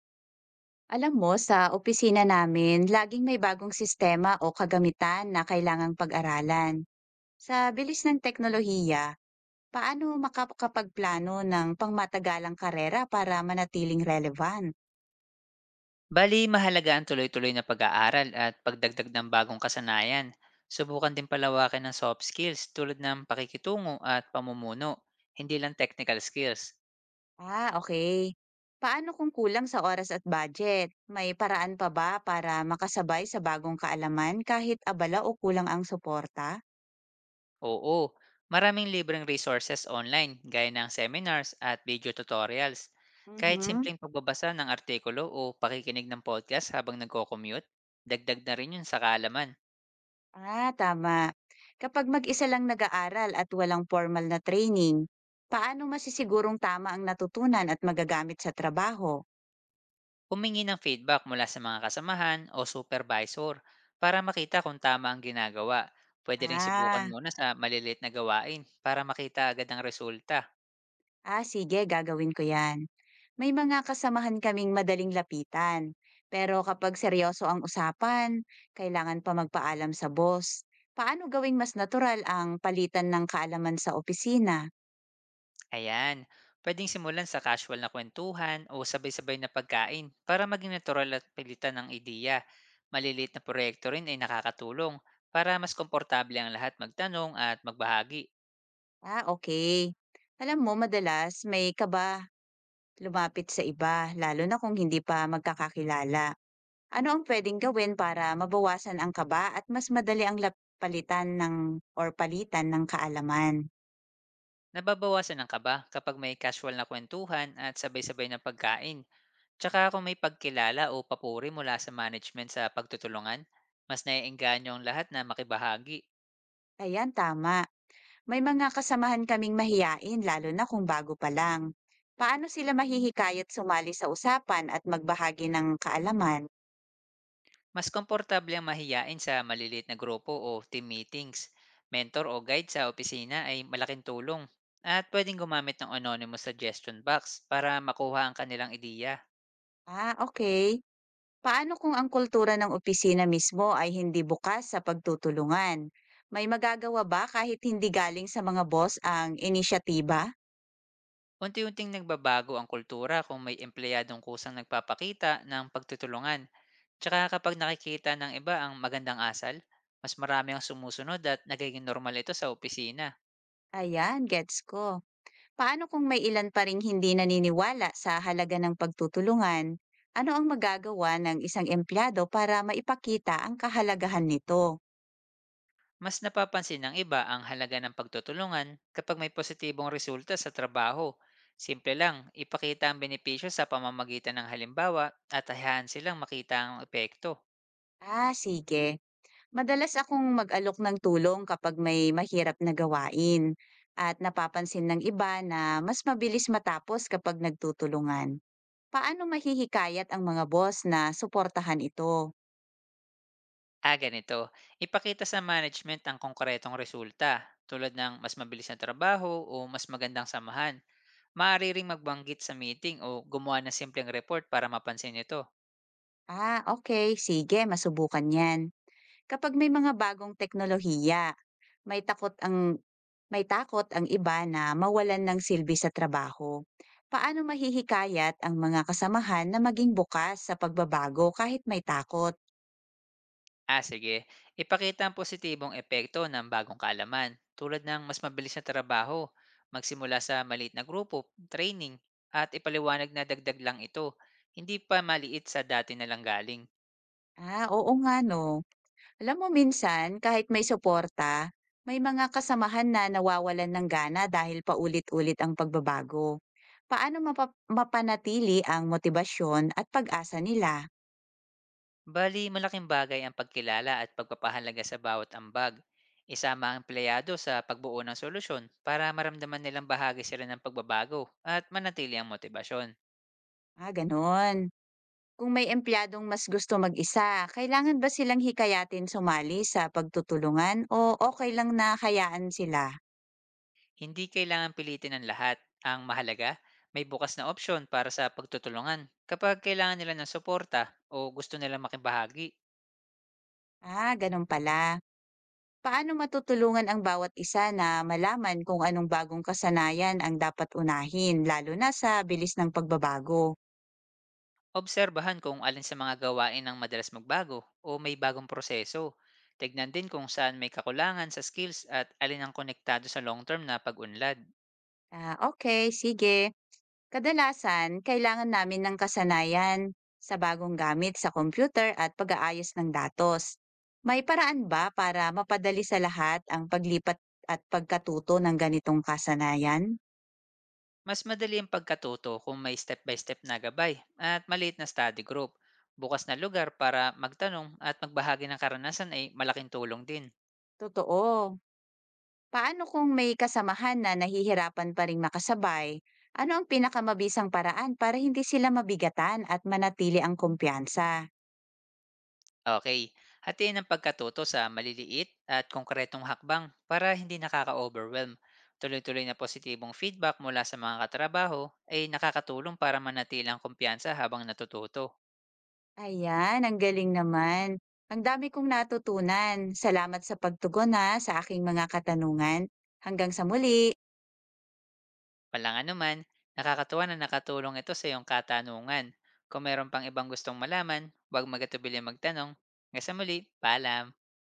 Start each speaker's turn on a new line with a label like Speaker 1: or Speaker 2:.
Speaker 1: Alam mo, sa opisina namin, laging may bagong sistema o kagamitan na kailangang pag-aralan. Sa bilis ng teknolohiya, paano makakapagplano ng pangmatagalang karera para manatiling relevant?
Speaker 2: Bali, mahalaga ang tuloy-tuloy na pag-aaral at pagdagdag ng bagong kasanayan. Subukan din palawakin ng soft skills tulad ng pakikitungo at pamumuno, hindi lang technical skills.
Speaker 1: Ah, okay. Paano kung kulang sa oras at budget? May paraan pa ba para makasabay sa bagong kaalaman kahit abala o kulang ang suporta?
Speaker 2: Oo, maraming libreng resources online gaya ng seminars at video tutorials. Kahit
Speaker 1: Mhm.
Speaker 2: simpleng pagbabasa ng artikulo o pakikinig ng podcast habang nagko-commute, dagdag na rin yun sa kaalaman.
Speaker 1: Ah, tama. Kapag mag-isa lang nag-aaral at walang formal na training, paano masisigurong tama ang natutunan at magagamit sa trabaho?
Speaker 2: Humingi ng feedback mula sa mga kasamahan o supervisor para makita kung tama ang ginagawa. Pwede rin subukan
Speaker 1: Ah,
Speaker 2: muna sa maliliit na gawain para makita agad ang resulta.
Speaker 1: ah, sige, gagawin ko yan. May mga kasamahan kaming madaling lapitan. Pero kapag seryoso ang usapan, kailangan pa magpaalam sa boss. Paano gawing mas natural ang palitan ng kaalaman sa opisina?
Speaker 2: Ayan, pwedeng simulan sa casual na kwentuhan o sabay-sabay na pagkain para maging natural at pilitan ng ideya. Maliliit na proyekto rin ay nakakatulong para mas komportable ang lahat magtanong at magbahagi.
Speaker 1: Ah, okay. Alam mo, madalas may kaba lumapit sa iba, lalo na kung hindi pa magkakakilala. Ano ang pwedeng gawin para mabawasan ang kaba at mas madali ang lap- palitan ng or palitan ng kaalaman?
Speaker 2: Nababawasan ang kaba kapag may casual na kwentuhan at sabay-sabay na pagkain. Tsaka kung may pagkilala o papuri mula sa management sa pagtutulungan, mas naiengganyo ang lahat na makibahagi.
Speaker 1: Ayan, tama. May mga kasamahan kaming mahiyain lalo na kung bago pa lang. Paano sila mahihikayat sumali sa usapan at magbahagi ng kaalaman?
Speaker 2: Mas komportable ang mahiyain sa maliliit na grupo o team meetings. Mentor o guide sa opisina ay malaking tulong. At pwedeng gumamit ng anonymous suggestion box para makuha ang kanilang ideya.
Speaker 1: Ah, okay. Paano kung ang kultura ng opisina mismo ay hindi bukas sa pagtutulungan? May magagawa ba kahit hindi galing sa mga boss ang inisyatiba?
Speaker 2: Unti-unting nagbabago ang kultura kung may empleyadong kusang nagpapakita ng pagtutulungan. Tsaka kapag nakikita ng iba ang magandang asal, mas marami ang sumusunod at nagiging normal ito sa opisina.
Speaker 1: Ayan, gets ko. Paano kung may ilan pa ring hindi naniniwala sa halaga ng pagtutulungan? Ano ang magagawa ng isang empleyado para maipakita ang kahalagahan nito?
Speaker 2: Mas napapansin ng iba ang halaga ng pagtutulungan kapag may positibong resulta sa trabaho. Simple lang, ipakita ang benepisyo sa pamamagitan ng halimbawa at hayaan silang makita ang epekto.
Speaker 1: Ah, sige. Madalas akong mag-alok ng tulong kapag may mahirap na gawain at napapansin ng iba na mas mabilis matapos kapag nagtutulungan. Paano mahihikayat ang mga boss na suportahan ito?
Speaker 2: Ah, ganito, ipakita sa management ang konkretong resulta tulad ng mas mabilis na trabaho o mas magandang samahan. Maaari ring magbanggit sa meeting o gumawa ng simpleng report para mapansin ito.
Speaker 1: Ah, okay, sige, masubukan yan. Kapag may mga bagong teknolohiya, may takot ang may takot ang iba na mawalan ng silbi sa trabaho. Paano mahihikayat ang mga kasamahan na maging bukas sa pagbabago kahit may takot?
Speaker 2: Ah, sige. Ipakita ang positibong epekto ng bagong kaalaman tulad ng mas mabilis na trabaho, magsimula sa maliit na grupo, training, at ipaliwanag na dagdag lang ito, hindi pa maliit sa dati na lang galing.
Speaker 1: Ah, oo nga no. Alam mo minsan, kahit may suporta, may mga kasamahan na nawawalan ng gana dahil paulit-ulit ang pagbabago. Paano mapanatili ang motibasyon at pag-asa nila?
Speaker 2: Bali, malaking bagay ang pagkilala at pagpapahalaga sa bawat ambag. Isama ang empleyado sa pagbuo ng solusyon para maramdaman nilang bahagi sila ng pagbabago at manatili ang motibasyon.
Speaker 1: Ah, ganon. Kung may empleyadong mas gusto mag-isa, kailangan ba silang hikayatin sumali sa pagtutulungan o okay lang na hayaan sila?
Speaker 2: Hindi kailangan pilitin ng lahat. Ang mahalaga, may bukas na opsyon para sa pagtutulungan. Kapag kailangan nila ng suporta o gusto nila makibahagi,
Speaker 1: Ah, ganun pala. Paano matutulungan ang bawat isa na malaman kung anong bagong kasanayan ang dapat unahin, lalo na sa bilis ng pagbabago?
Speaker 2: obserbahan kung alin sa mga gawain ang madalas magbago o may bagong proseso. Tignan din kung saan may kakulangan sa skills at alin ang konektado sa long-term na pag-unlad.
Speaker 1: Ah, okay, sige. Kadalasan, kailangan namin ng kasanayan sa bagong gamit sa computer at pag-aayos ng datos. May paraan ba para mapadali sa lahat ang paglipat at pagkatuto ng ganitong kasanayan?
Speaker 2: Mas madali ang pagkatuto kung may step-by-step na gabay at maliit na study group. Bukas na lugar para magtanong at magbahagi ng karanasan ay malaking tulong din.
Speaker 1: Totoo. Paano kung may kasamahan na nahihirapan pa ring makasabay? Ano ang pinakamabisang paraan para hindi sila mabigatan at manatili ang kumpiyansa?
Speaker 2: Okay. Hatiin ang pagkatuto sa maliliit at konkretong hakbang para hindi nakaka-overwhelm. Tuloy-tuloy na positibong feedback mula sa mga katrabaho ay nakakatulong para manatilang kumpiyansa habang natututo.
Speaker 1: Ayan, ang galing naman. Ang dami kong natutunan. Salamat sa pagtugon na sa aking mga katanungan. Hanggang sa muli.
Speaker 2: Walang anuman, nakakatuwa na nakatulong ito sa iyong katanungan. Kung meron pang ibang gustong malaman, huwag magatubili magtanong. Hanggang sa muli, paalam!